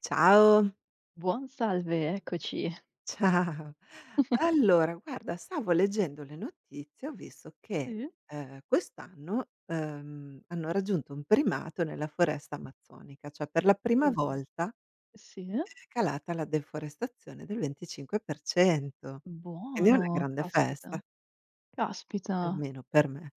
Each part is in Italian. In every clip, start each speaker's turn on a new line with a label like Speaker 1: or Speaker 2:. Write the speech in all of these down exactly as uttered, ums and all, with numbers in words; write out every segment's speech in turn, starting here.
Speaker 1: Ciao,
Speaker 2: Buon salve, eccoci.
Speaker 1: ciao. Allora guarda, stavo leggendo le notizie, ho visto che,
Speaker 2: Sì?
Speaker 1: ehm, quest'anno, ehm, hanno raggiunto un primato nella foresta amazzonica, cioè per la prima
Speaker 2: Uhm,
Speaker 1: volta
Speaker 2: sì,
Speaker 1: è calata la deforestazione del venticinque per cento. Quindi è una
Speaker 2: buono,
Speaker 1: grande
Speaker 2: caspita,
Speaker 1: festa,
Speaker 2: caspita.
Speaker 1: almeno per me.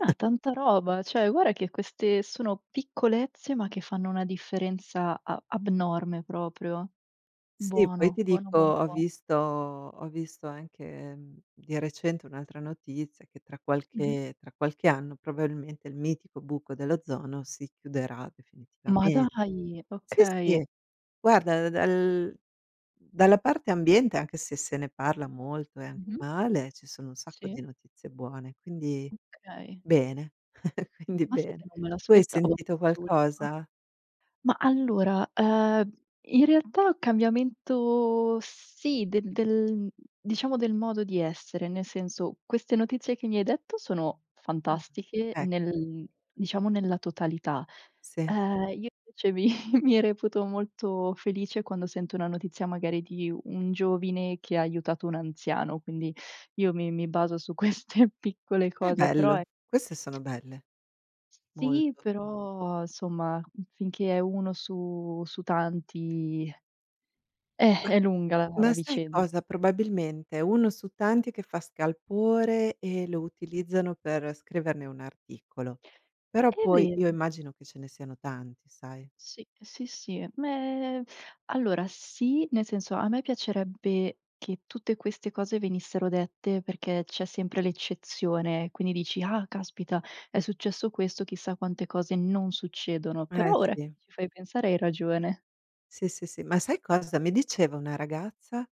Speaker 2: Ah, tanta roba, cioè guarda che queste sono piccolezze, ma che fanno una differenza a abnorme proprio.
Speaker 1: Sì, poi
Speaker 2: Buono,
Speaker 1: ti
Speaker 2: buono,
Speaker 1: dico,
Speaker 2: buono,
Speaker 1: ho
Speaker 2: buono.
Speaker 1: visto ho visto anche, mhmm, di recente un'altra notizia che tra
Speaker 2: Mh-mh.
Speaker 1: qualche tra qualche anno probabilmente il mitico buco dell'ozono si chiuderà
Speaker 2: Ma
Speaker 1: definitivamente.
Speaker 2: dai,
Speaker 1: Sì,
Speaker 2: okay.
Speaker 1: sì, guarda dal dalla parte ambiente, anche se se ne parla molto e anche
Speaker 2: Mh-mh.
Speaker 1: male, ci sono un sacco
Speaker 2: Sì,
Speaker 1: di notizie buone, quindi
Speaker 2: okay.
Speaker 1: bene, quindi
Speaker 2: Ma sai che
Speaker 1: bene.
Speaker 2: non me
Speaker 1: Tu hai
Speaker 2: l'aspettavo
Speaker 1: sentito
Speaker 2: quest'ultima?
Speaker 1: qualcosa?
Speaker 2: Ma allora, ehm, in realtà cambiamento sì, del del diciamo del modo di essere, nel senso, queste notizie che mi hai detto sono
Speaker 1: Ah,
Speaker 2: fantastiche
Speaker 1: ecco,
Speaker 2: nel diciamo nella totalità.
Speaker 1: sì.
Speaker 2: Ehm, io invece mi mi reputo molto felice quando sento una notizia magari di un giovane che ha aiutato un anziano, quindi io mi mi baso su queste piccole
Speaker 1: È
Speaker 2: cose, però
Speaker 1: bello, queste sono belle,
Speaker 2: sì,
Speaker 1: molto.
Speaker 2: però insomma, mhmm, finché è uno su su tanti, eh,
Speaker 1: Ma
Speaker 2: è lunga la la
Speaker 1: ma sai
Speaker 2: vicenda.
Speaker 1: cosa? Probabilmente è uno su tanti che fa scalpore e lo utilizzano per scriverne un articolo. Però
Speaker 2: È
Speaker 1: poi
Speaker 2: vero,
Speaker 1: io immagino che ce ne siano tanti, sai.
Speaker 2: sì, sì, sì. Me allora sì, nel senso a me piacerebbe che tutte queste cose venissero dette perché c'è sempre l'eccezione, quindi dici: "Ah, caspita, è successo questo, chissà quante cose non succedono." Però
Speaker 1: Eh
Speaker 2: ora che
Speaker 1: sì,
Speaker 2: ci fai pensare hai ragione.
Speaker 1: sì, sì, sì. Ma sai cosa? Mi diceva una ragazza,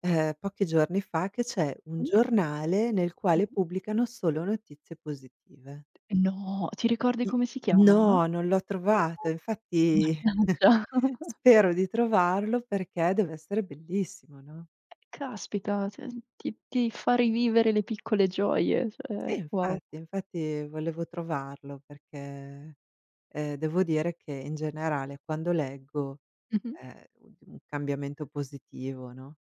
Speaker 1: ehm, pochi giorni fa che c'è un
Speaker 2: Mh-mh.
Speaker 1: giornale nel quale pubblicano solo notizie positive.
Speaker 2: No, ti ricordi
Speaker 1: I
Speaker 2: come si chiama?
Speaker 1: No, non l'ho trovato, infatti.
Speaker 2: Mannaggia.
Speaker 1: Spero di trovarlo perché deve essere bellissimo, no?
Speaker 2: Caspita, cioè ti ti fa rivivere le piccole gioie,
Speaker 1: Sì,
Speaker 2: cioè wow.
Speaker 1: infatti, infatti volevo trovarlo perché, ehm, devo dire che in generale quando leggo,
Speaker 2: Mh-mh.
Speaker 1: ehm, u di un cambiamento positivo, no,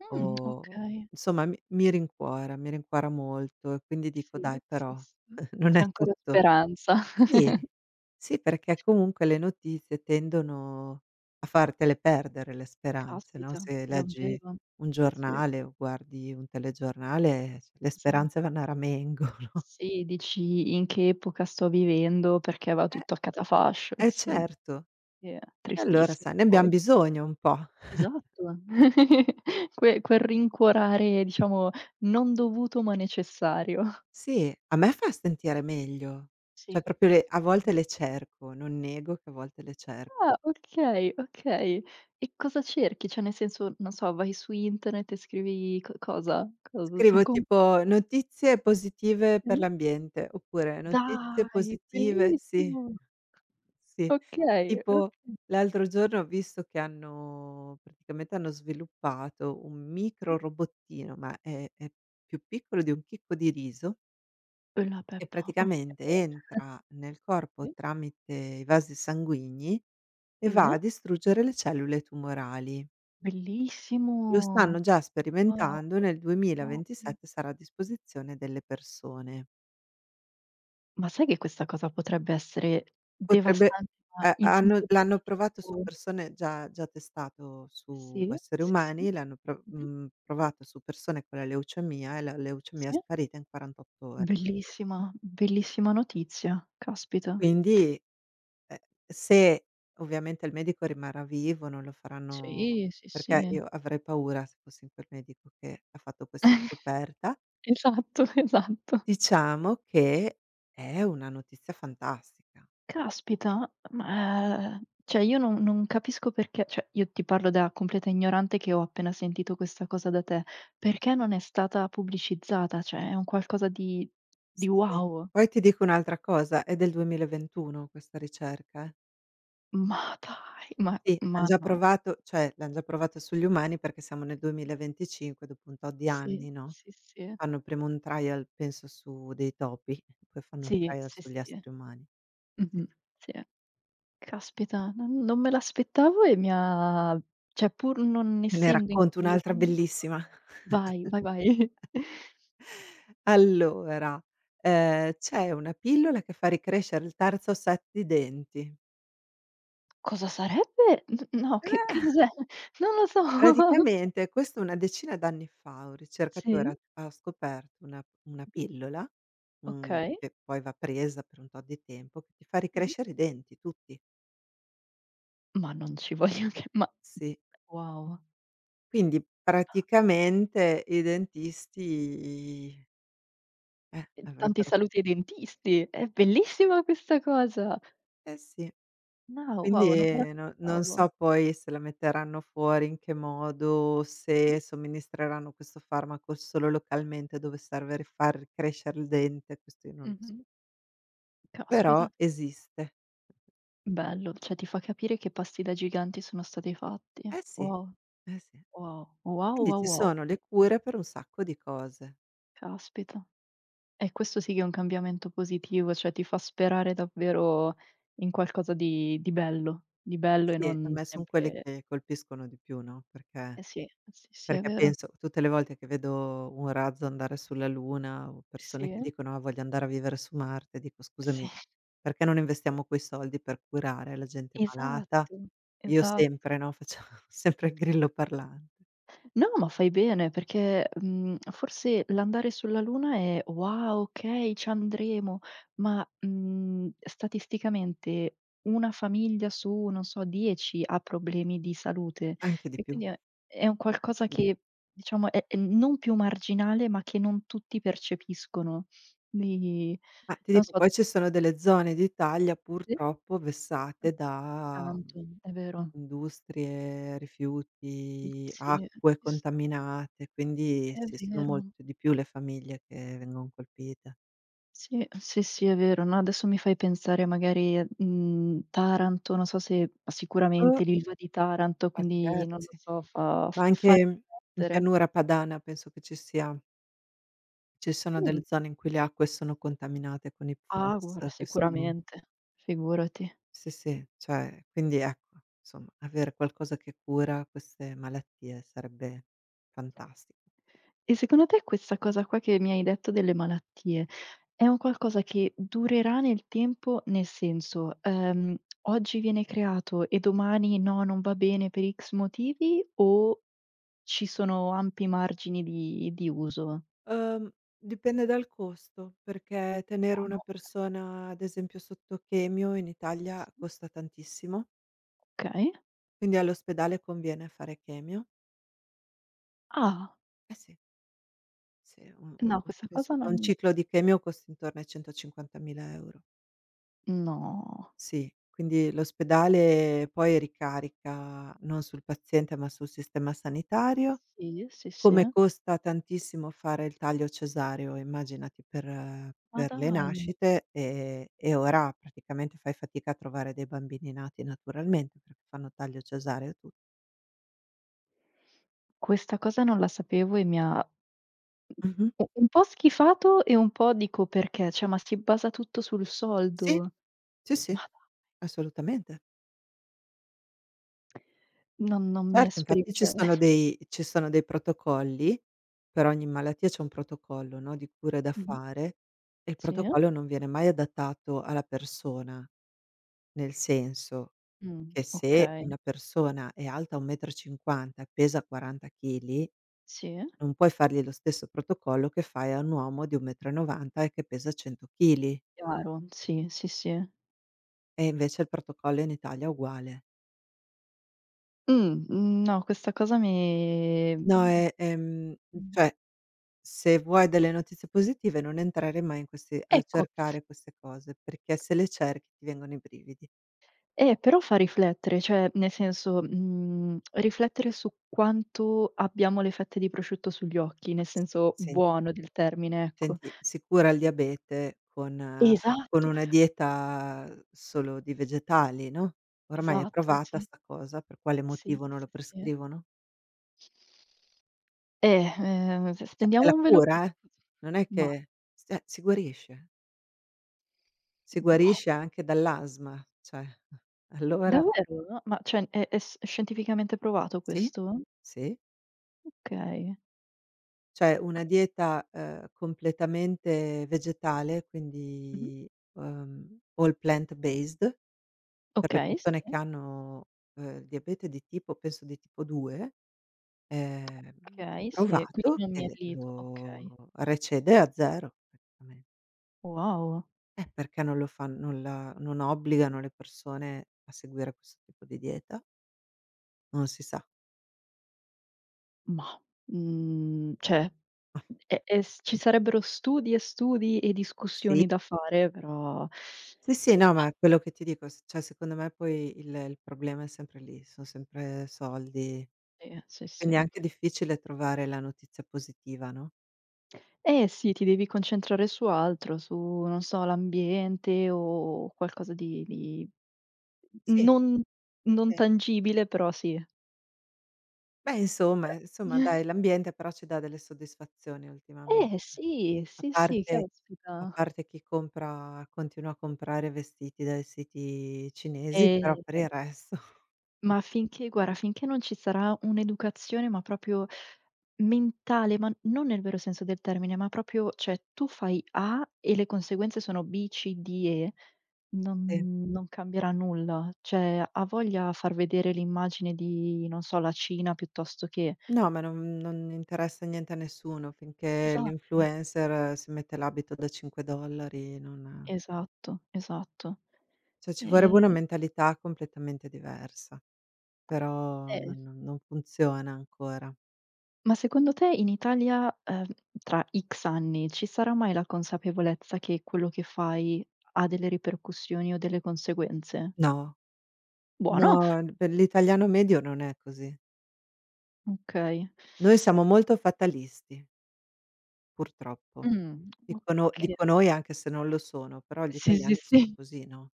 Speaker 2: Mh,
Speaker 1: o
Speaker 2: okay.
Speaker 1: insomma mi mi rincuora, mi rincuora molto e quindi dico:
Speaker 2: Sì,
Speaker 1: "Dai
Speaker 2: sì,
Speaker 1: però
Speaker 2: sì.
Speaker 1: non
Speaker 2: C'è
Speaker 1: è
Speaker 2: ancora
Speaker 1: tutto".
Speaker 2: speranza.
Speaker 1: Sì, sì perché comunque le notizie tendono a fartele perdere le speranze, no,
Speaker 2: Caspita,
Speaker 1: se leggi
Speaker 2: davvero.
Speaker 1: un
Speaker 2: Sì,
Speaker 1: giornale o guardi un telegiornale, le
Speaker 2: esatto.
Speaker 1: speranze vanno a ramengo,
Speaker 2: Sì, dici: "In che epoca sto vivendo?" Perché va
Speaker 1: no?
Speaker 2: tutto a catafascio.
Speaker 1: Eh
Speaker 2: Sì,
Speaker 1: certo,
Speaker 2: sì, è
Speaker 1: e allora
Speaker 2: tristissimo
Speaker 1: sai ne abbiam
Speaker 2: poi.
Speaker 1: bisogno un po'.
Speaker 2: Esatto. Que quel rincuorare, diciamo, non dovuto ma necessario.
Speaker 1: Sì, a me fa sentire meglio. Cioè
Speaker 2: Sì,
Speaker 1: proprio le a volte
Speaker 2: sì.
Speaker 1: le cerco, non nego che a volte le cer
Speaker 2: Ah, okay, okay. E cosa cerchi? Cioè, nel senso, non so, vai su internet e scrivi co cosa? Cosa? Son
Speaker 1: scrivo
Speaker 2: con
Speaker 1: tipo: "Notizie positive per
Speaker 2: mh?
Speaker 1: l'ambiente" oppure "Notizie
Speaker 2: Dai,
Speaker 1: positive", sì,
Speaker 2: bellissimo!
Speaker 1: sì.
Speaker 2: Okay,
Speaker 1: Tipo
Speaker 2: okay,
Speaker 1: l'altro giorno ho visto che hanno praticamente hanno sviluppato un micro
Speaker 2: sì.
Speaker 1: robottino, ma è è più piccolo di un chicco di riso.
Speaker 2: E la
Speaker 1: E
Speaker 2: Peppa, okay,
Speaker 1: praticamente entra nel corpo
Speaker 2: sì.
Speaker 1: tramite i vasi sanguigni e va
Speaker 2: eh.
Speaker 1: a distruggere le cellule tumorali. Lo
Speaker 2: Bellissimo!
Speaker 1: stanno già
Speaker 2: Wow,
Speaker 1: sperimentando, nel
Speaker 2: wow, mh.
Speaker 1: duemilaventisette sarà a disposizione delle persone.
Speaker 2: Ma sai che questa cosa potrebbe essere
Speaker 1: Potrebbe
Speaker 2: devastante, ma
Speaker 1: eh,
Speaker 2: in
Speaker 1: hanno
Speaker 2: senso
Speaker 1: l'hanno provato su
Speaker 2: positivo?
Speaker 1: persone, già già testato su
Speaker 2: Sì,
Speaker 1: esseri
Speaker 2: sì, sì.
Speaker 1: umani, l'hanno pro
Speaker 2: Mh-mh,
Speaker 1: mhmm, provato su persone con la leucemia e la leucemia è
Speaker 2: sì.
Speaker 1: sparita in quarantotto ore.
Speaker 2: Bellissima, bellissima notizia, caspita.
Speaker 1: Quindi Eh, se ovviamente il medico rimarrà vivo, non lo faranno,
Speaker 2: Sì, sì,
Speaker 1: perché
Speaker 2: sì.
Speaker 1: io avrei paura se fossi in quel medico che ha fatto questa scoperta.
Speaker 2: Esatto, esatto.
Speaker 1: Diciamo che è una notizia fantastica.
Speaker 2: Caspita, ma, ehm, cioè io non non capisco, perché cioè io ti parlo da completa ignorante che ho appena sentito questa cosa da te, perché non è stata pubblicizzata? Cioè è un qualcosa di di
Speaker 1: Sì, sì.
Speaker 2: wow.
Speaker 1: Poi ti dico un'altra cosa, è del duemilaventuno questa ricerca, eh.
Speaker 2: Ma dai, ma
Speaker 1: Sì, han
Speaker 2: ma
Speaker 1: già
Speaker 2: no.
Speaker 1: provato cioè l'han già provato sugli umani, perché siamo nel duemilaventicinque dopo un tot di
Speaker 2: Sì,
Speaker 1: anni, no,
Speaker 2: sì, sì.
Speaker 1: fanno prima un trial penso su dei topi, poi fanno il
Speaker 2: Sì,
Speaker 1: trial
Speaker 2: sì,
Speaker 1: sugli
Speaker 2: sì.
Speaker 1: esseri umani. Sì.
Speaker 2: Mh-mh. Sì. Caspita, non non me l'aspettavo e mi ha cioè pur non
Speaker 1: Te ne
Speaker 2: essendo in
Speaker 1: racconto un'altra
Speaker 2: quell'ambito.
Speaker 1: bellissima.
Speaker 2: Vai, vai, vai.
Speaker 1: Allora, ehm, c'è una pillola che fa ricrescere il terzo set di denti.
Speaker 2: Cosa sarebbe? N no, che che
Speaker 1: Eh,
Speaker 2: cos'è? Non lo so.
Speaker 1: Praticamente questo una decina d'anni fa, un ricercatore
Speaker 2: Sì,
Speaker 1: ha ha scoperto una una
Speaker 2: mh-mh,
Speaker 1: pillola, mhmm,
Speaker 2: okay,
Speaker 1: che poi va presa per un tot di tempo, che ti fa
Speaker 2: mh-mh.
Speaker 1: ricrescere i denti tutti.
Speaker 2: Ma non ci voglio che, ma
Speaker 1: Sì.
Speaker 2: wow,
Speaker 1: Quindi praticamente i dentisti, eh,
Speaker 2: e tanti
Speaker 1: avrebbero,
Speaker 2: saluti ai dentisti. È bellissima questa cosa.
Speaker 1: eh sì.
Speaker 2: No, wow, non me
Speaker 1: Quindi no, non
Speaker 2: l'aspettavo.
Speaker 1: so poi se la metteranno fuori, in che modo,
Speaker 2: Mh-mh,
Speaker 1: se somministreranno questo farmaco solo localmente dove serve ri far crescere il dente, questo io non lo so.
Speaker 2: mh-mh.
Speaker 1: Però
Speaker 2: Caspita,
Speaker 1: esiste.
Speaker 2: bello, cioè ti fa capire che passi da giganti sono stati fatti.
Speaker 1: Eh sì,
Speaker 2: Wow,
Speaker 1: eh sì.
Speaker 2: wow, wow,
Speaker 1: Quindi
Speaker 2: wow,
Speaker 1: ci
Speaker 2: wow.
Speaker 1: sono le cure per un sacco di cose.
Speaker 2: Caspita. E questo sì che è un cambiamento positivo, cioè ti fa sperare davvero in qualcosa di di bello, di bello e
Speaker 1: Sì, a
Speaker 2: non Mh.
Speaker 1: me son quelle
Speaker 2: sempre.
Speaker 1: che colpiscono di più, no, perché
Speaker 2: Eh sì, eh sì, sì, è
Speaker 1: perché
Speaker 2: vero.
Speaker 1: penso tutte le volte che vedo un razzo andare sulla Luna o persone
Speaker 2: Sì,
Speaker 1: che
Speaker 2: eh,
Speaker 1: dicono: "Ah, voglio andare a vivere su Marte", dico:
Speaker 2: sì,
Speaker 1: "Scusami, perché non investiamo quei soldi per curare la gente malata?"
Speaker 2: esatto,
Speaker 1: Io
Speaker 2: esatto.
Speaker 1: sempre, no, facciamo sempre il grillo parlante,
Speaker 2: No, ma fai bene perché, mhmm, forse l'andare sulla Luna è: "Wow, okay, ci andremo." Ma, mhmm, statisticamente una famiglia su, non so, dieci ha problemi di salute
Speaker 1: anche di
Speaker 2: e
Speaker 1: più.
Speaker 2: quindi è è un qualcosa
Speaker 1: Di
Speaker 2: che diciamo è è non più marginale, ma che non tutti percepiscono. Quindi
Speaker 1: ma ti
Speaker 2: non
Speaker 1: dico,
Speaker 2: so, d
Speaker 1: poi ci sono delle zone d'Italia
Speaker 2: sì?
Speaker 1: purtroppo vessate da
Speaker 2: Tanto, è vero.
Speaker 1: industrie, rifiuti,
Speaker 2: Sì,
Speaker 1: acque
Speaker 2: sì, s
Speaker 1: contaminate, quindi
Speaker 2: è
Speaker 1: sì, sono
Speaker 2: vero.
Speaker 1: molte di più le famiglie che vengon colpite.
Speaker 2: Sì, sì, sì, è vero. No, adesso mi fai pensare magari a, mhmm, Taranto, non so se,
Speaker 1: Uh,
Speaker 2: sicuramente, sì, l'Ilva di Taranto,
Speaker 1: ma
Speaker 2: quindi non lo
Speaker 1: scherzi.
Speaker 2: so, fa
Speaker 1: Ma
Speaker 2: f
Speaker 1: anche
Speaker 2: fa
Speaker 1: in
Speaker 2: riflettere.
Speaker 1: pianura padana penso che ci sia ci sono delle
Speaker 2: Mh.
Speaker 1: zone in cui le acque sono contaminate con i
Speaker 2: Ah, guarda,
Speaker 1: PFAS che sono
Speaker 2: sicuramente, figurati.
Speaker 1: sì, sì, cioè quindi ecco, insomma avere qualcosa che cura queste malattie sarebbe fantastico.
Speaker 2: E secondo te questa cosa qua che mi hai detto delle malattie, è un qualcosa che durerà nel tempo? Nel senso, ehm, oggi viene creato e domani no, non va bene per X motivi o ci sono ampi margini di di uso?
Speaker 1: Uhm, Dipende dal costo, perché tenere
Speaker 2: Buono,
Speaker 1: una
Speaker 2: okay,
Speaker 1: persona, ad esempio, sotto chemio in Italia
Speaker 2: sì.
Speaker 1: costa tantissimo,
Speaker 2: Okay.
Speaker 1: quindi all'ospedale conviene fare chemio.
Speaker 2: Ah,
Speaker 1: Eh sì. Sì, un
Speaker 2: no,
Speaker 1: un
Speaker 2: questa
Speaker 1: penso
Speaker 2: cosa
Speaker 1: che un
Speaker 2: non,
Speaker 1: ciclo di chemio costi intorno ai centocinquantamila €.
Speaker 2: no.
Speaker 1: Sì, quindi l'ospedale poi ricarica non sul paziente, ma sul sistema sanitario,
Speaker 2: Sì, sì, sì.
Speaker 1: come costa tantissimo fare il taglio cesareo, immaginati per eh,
Speaker 2: Ma
Speaker 1: per le
Speaker 2: dai,
Speaker 1: nascite, ehm, e ora praticamente fai fatica a trovare dei bambini nati naturalmente, perché fanno taglio cesareo e tu
Speaker 2: questa cosa non la sapevo e mi ha
Speaker 1: mh-mh.
Speaker 2: u un po' schifato e un po' dico: "Perché? Cioè, ma si basa tutto sul
Speaker 1: Sì,
Speaker 2: soldo?"
Speaker 1: sì, sì,
Speaker 2: Ma
Speaker 1: assolutamente.
Speaker 2: dai, non non mi
Speaker 1: Certo,
Speaker 2: esprim
Speaker 1: infatti ci
Speaker 2: cioè,
Speaker 1: sono dei ci sono dei protocolli, per ogni malattia c'è un protocollo, no, di cure da
Speaker 2: mh-mh,
Speaker 1: fare, e il
Speaker 2: sì.
Speaker 1: protocollo non viene mai adattato alla persona, nel senso
Speaker 2: Mh,
Speaker 1: che se
Speaker 2: okay.
Speaker 1: una persona è alta uno e cinquanta m e cinquanta e pesa quaranta chili,
Speaker 2: Sì,
Speaker 1: non puoi fargli lo stesso protocollo che fai a un uomo di uno e novanta m e novanta e che pesa cento chili,
Speaker 2: chiaro. Sì, sì, sì.
Speaker 1: e invece il protocollo in Italia è uguale.
Speaker 2: Mh, no, questa cosa mi
Speaker 1: No, è ehm,
Speaker 2: mhmm,
Speaker 1: cioè se vuoi delle notizie positive non entrare mai in questi a
Speaker 2: ecco.
Speaker 1: cercare queste cose, perché se le cerchi ti vengono i brividi.
Speaker 2: Eh, però fa riflettere, cioè nel senso, mhmm, riflettere su quanto abbiamo le fette di prosciutto sugli occhi,
Speaker 1: Ma
Speaker 2: nel
Speaker 1: sì.
Speaker 2: senso
Speaker 1: Sen
Speaker 2: buono del termine, ecco.
Speaker 1: senti, si cura il diabete con eh, con
Speaker 2: Esatto,
Speaker 1: una dieta solo di vegetali, no, ormai è
Speaker 2: esatto,
Speaker 1: provata
Speaker 2: sì,
Speaker 1: 'sta cosa, per quale
Speaker 2: sì,
Speaker 1: motivo non lo
Speaker 2: sì, sì.
Speaker 1: prescrivono?
Speaker 2: Eh, ehm, s
Speaker 1: Cioè è
Speaker 2: stendiamo
Speaker 1: la
Speaker 2: un velo
Speaker 1: cura, eh,
Speaker 2: pietoso.
Speaker 1: non è
Speaker 2: Ma
Speaker 1: che cioè si guarisce, si
Speaker 2: boh,
Speaker 1: guarisce anche dall'asma, cioè allora
Speaker 2: davvero? No, ma cioè è è s scientificamente provato
Speaker 1: sì,
Speaker 2: questo?
Speaker 1: sì.
Speaker 2: Okay.
Speaker 1: Cioè una
Speaker 2: Che
Speaker 1: dieta, ehm, completamente vegetale,
Speaker 2: Mh-mh.
Speaker 1: quindi, uhm, all plant based per le
Speaker 2: Okay, sì,
Speaker 1: persone che hanno, ehm, il diabete di tipo penso di tipo due, ehm, è
Speaker 2: okay, sì, quindi
Speaker 1: provato
Speaker 2: non
Speaker 1: che
Speaker 2: mi
Speaker 1: le
Speaker 2: allito, okay.
Speaker 1: lo recede a zero praticamente.
Speaker 2: Wow,
Speaker 1: Eh, perché non lo fan non la non obbligano le persone a seguire questo tipo di dieta? Non si sa.
Speaker 2: mah, mhmm, cioè
Speaker 1: Mah,
Speaker 2: E e s ci sarebbero studi e studi e
Speaker 1: sì
Speaker 2: discussioni da fare, però
Speaker 1: Sì, sì, no, ma quello che ti dico, s cioè secondo me poi il il problema è sempre lì, son sempre soldi
Speaker 2: sì, sì,
Speaker 1: e
Speaker 2: sì.
Speaker 1: quindi è anche difficile trovare la notizia positiva, no?
Speaker 2: Eh sì, ti devi concentrare su altro, su, non so, l'ambiente o qualcosa di di
Speaker 1: Sì,
Speaker 2: non non
Speaker 1: sì.
Speaker 2: tangibile, però sì.
Speaker 1: Beh, insomma
Speaker 2: Però
Speaker 1: insomma dai, l'ambiente però ci dà delle soddisfazioni ultimamen
Speaker 2: eh sì,
Speaker 1: a
Speaker 2: sì, sì,
Speaker 1: parte
Speaker 2: caspita.
Speaker 1: a parte chi compra continua a comprare vestiti dai siti cinesi, però per
Speaker 2: Ehm,
Speaker 1: il resto
Speaker 2: ma finché guarda, finché non ci sarà un'educazione, ma proprio mentale, ma non nel vero senso del termine, ma proprio cioè tu fai A e le conseguenze sono B, C, D, E,
Speaker 1: sì.
Speaker 2: non non cambierà nulla. Cioè, ha voglia far vedere l'immagine di, non so, la Cina piuttosto che,
Speaker 1: No, ma non non interessa niente a nessuno, finché
Speaker 2: esatto,
Speaker 1: l'influencer eh, si mette l'abito da cinque dollari. Non
Speaker 2: esatto, esatto.
Speaker 1: Cioè ci vorrebbe una
Speaker 2: Ehm,
Speaker 1: mentalità completamente diversa, però
Speaker 2: eh,
Speaker 1: non non non funziona ancora.
Speaker 2: ma secondo te in Italia, ehm, tra X anni ci sarà mai la consapevolezza che quello che fai ha delle ripercussioni o delle conseguenze?
Speaker 1: No, no,
Speaker 2: Buono!
Speaker 1: per l'italiano medio non è così.
Speaker 2: Okay.
Speaker 1: Noi siamo molto fatalisti, purtroppo.
Speaker 2: Mh, E
Speaker 1: Dico no,
Speaker 2: okay.
Speaker 1: dico noi anche se non lo sono, però gli
Speaker 2: Sì, sì,
Speaker 1: italiani sono
Speaker 2: sì.
Speaker 1: così, no,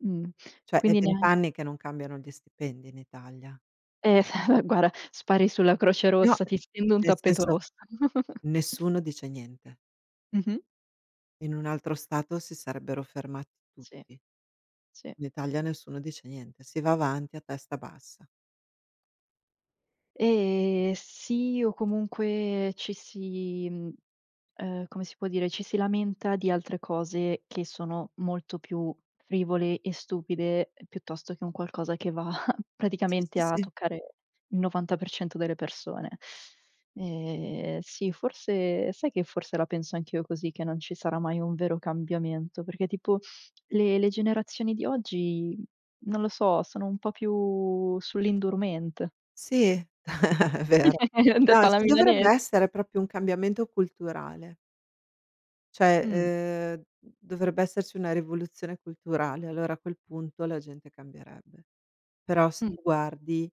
Speaker 2: Mh.
Speaker 1: cioè è
Speaker 2: Quindi
Speaker 1: venti
Speaker 2: neanche
Speaker 1: anni che non cambiano gli stipendi in Italia.
Speaker 2: eh, guarda, spari sulla Croce
Speaker 1: No,
Speaker 2: Rossa, ti stendo un
Speaker 1: nel
Speaker 2: tappeto
Speaker 1: senso
Speaker 2: rosso.
Speaker 1: nessuno dice niente.
Speaker 2: Mh-mh.
Speaker 1: In un altro stato si sarebbero fermati
Speaker 2: Sì,
Speaker 1: tutti.
Speaker 2: sì.
Speaker 1: In Italia nessuno dice niente, si va avanti a testa bassa.
Speaker 2: E sì, o comunque ci si mhmm ehm, come si può dire, ci si lamenta di altre cose che sono molto più frivole e stupide, ehm, piuttosto che un qualcosa che va
Speaker 1: Sì,
Speaker 2: praticamente
Speaker 1: sì,
Speaker 2: a
Speaker 1: sì.
Speaker 2: toccare il novanta per cento delle persone. Ehm, sì, forse sai che forse la penso anch'io così, che non ci sarà mai un vero cambiamento, perché tipo le le generazioni di oggi, non lo so, sono un po' più sull'indurment.
Speaker 1: Sì, è vero.
Speaker 2: Detta
Speaker 1: No,
Speaker 2: alla
Speaker 1: ci dovrebbe
Speaker 2: milanese.
Speaker 1: essere proprio un cambiamento culturale, cioè,
Speaker 2: Mh,
Speaker 1: ehm, dovrebbe esserci una rivoluzione culturale, allora a quel punto la gente cambierebbe. Però se
Speaker 2: mh.
Speaker 1: tu guardi,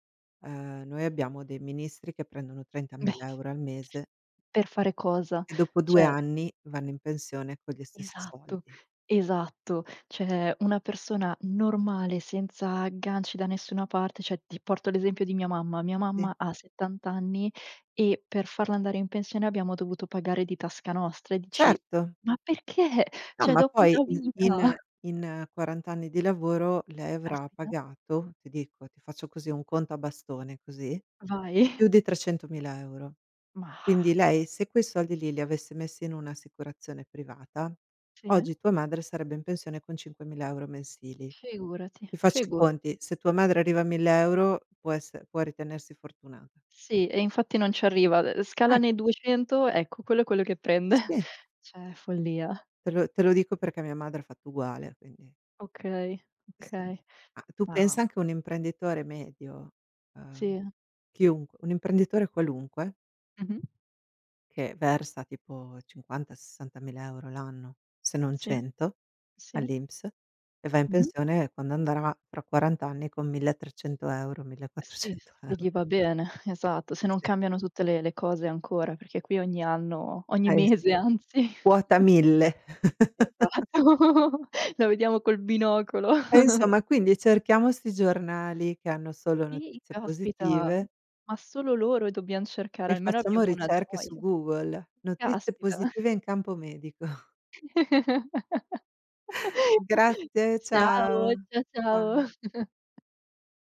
Speaker 1: ehm, noi abbiamo dei ministri che prendono
Speaker 2: Beh,
Speaker 1: trentamila € al mese
Speaker 2: per fare cosa?
Speaker 1: e dopo due
Speaker 2: Cioè,
Speaker 1: anni vanno in pensione con gli stessi
Speaker 2: esatto,
Speaker 1: soldi.
Speaker 2: esatto. Cioè una persona normale, senza agganci da nessuna parte, cioè ti porto l'esempio di mia mamma. Mia
Speaker 1: Sì,
Speaker 2: mamma ha settanta anni e per farla andare in pensione abbiamo dovuto pagare di tasca nostra e dici:
Speaker 1: certo.
Speaker 2: "Ma perché?
Speaker 1: No,
Speaker 2: Cioè,
Speaker 1: ma
Speaker 2: dopo
Speaker 1: poi
Speaker 2: una
Speaker 1: in in
Speaker 2: vita."
Speaker 1: in quaranta anni di lavoro lei avrà
Speaker 2: Caspita,
Speaker 1: pagato, ti dico, ti faccio così un conto a bastone così, più
Speaker 2: vai.
Speaker 1: di trecentomila €.
Speaker 2: Ma
Speaker 1: Quindi
Speaker 2: da
Speaker 1: lei, se quei soldi lì li avesse messi in un'assicurazione privata,
Speaker 2: Sì, eh.
Speaker 1: oggi tua madre sarebbe in pensione con cinquemila € mensili.
Speaker 2: Figurati,
Speaker 1: Ti faccio i conti,
Speaker 2: figurati.
Speaker 1: se tua madre arriva a mille € può esse può ritenersi fortunata.
Speaker 2: Sì, e infatti non ci arriva. Ehm, scala
Speaker 1: Ecco,
Speaker 2: nei duecento, ecco, quello è quello che
Speaker 1: sì,
Speaker 2: prende.
Speaker 1: sì,
Speaker 2: Cioè follia.
Speaker 1: te lo te lo dico perché mia madre ha fatto uguale, quindi
Speaker 2: Okay,
Speaker 1: sì.
Speaker 2: okay.
Speaker 1: Ma tu
Speaker 2: Ah.
Speaker 1: pensa anche un imprenditore medio, uhm,
Speaker 2: Sì.
Speaker 1: chiunque, un imprenditore qualunque,
Speaker 2: Mh-mh.
Speaker 1: che versa tipo cinquanta, sessantamila € l'anno, se non
Speaker 2: Sì,
Speaker 1: cento
Speaker 2: sì.
Speaker 1: all'INPS, e va in
Speaker 2: Mh-mh.
Speaker 1: pensione quando andrà fra quaranta anni con milletrecento €,
Speaker 2: Sì,
Speaker 1: millequattrocento €.
Speaker 2: se gli va bene, esatto, se non
Speaker 1: Sì.
Speaker 2: cambiano tutte le le cose ancora, perché qui ogni anno, ogni
Speaker 1: Eh
Speaker 2: mese
Speaker 1: sì,
Speaker 2: anzi,
Speaker 1: quota mille.
Speaker 2: esatto, la vediamo col binocolo.
Speaker 1: E insomma quindi cerchiamo 'sti giornali che hanno solo
Speaker 2: Sì,
Speaker 1: notizie
Speaker 2: caspita,
Speaker 1: positive.
Speaker 2: ma solo loro dobbiam
Speaker 1: E
Speaker 2: cercare, almeno
Speaker 1: facciamo
Speaker 2: abbiamo una
Speaker 1: ricerche su
Speaker 2: gioia.
Speaker 1: Google. Notizie
Speaker 2: Caspita.
Speaker 1: positive in campo medico. Grazie,
Speaker 2: Ciao,
Speaker 1: ciao.
Speaker 2: cia
Speaker 1: Cia
Speaker 2: ciao.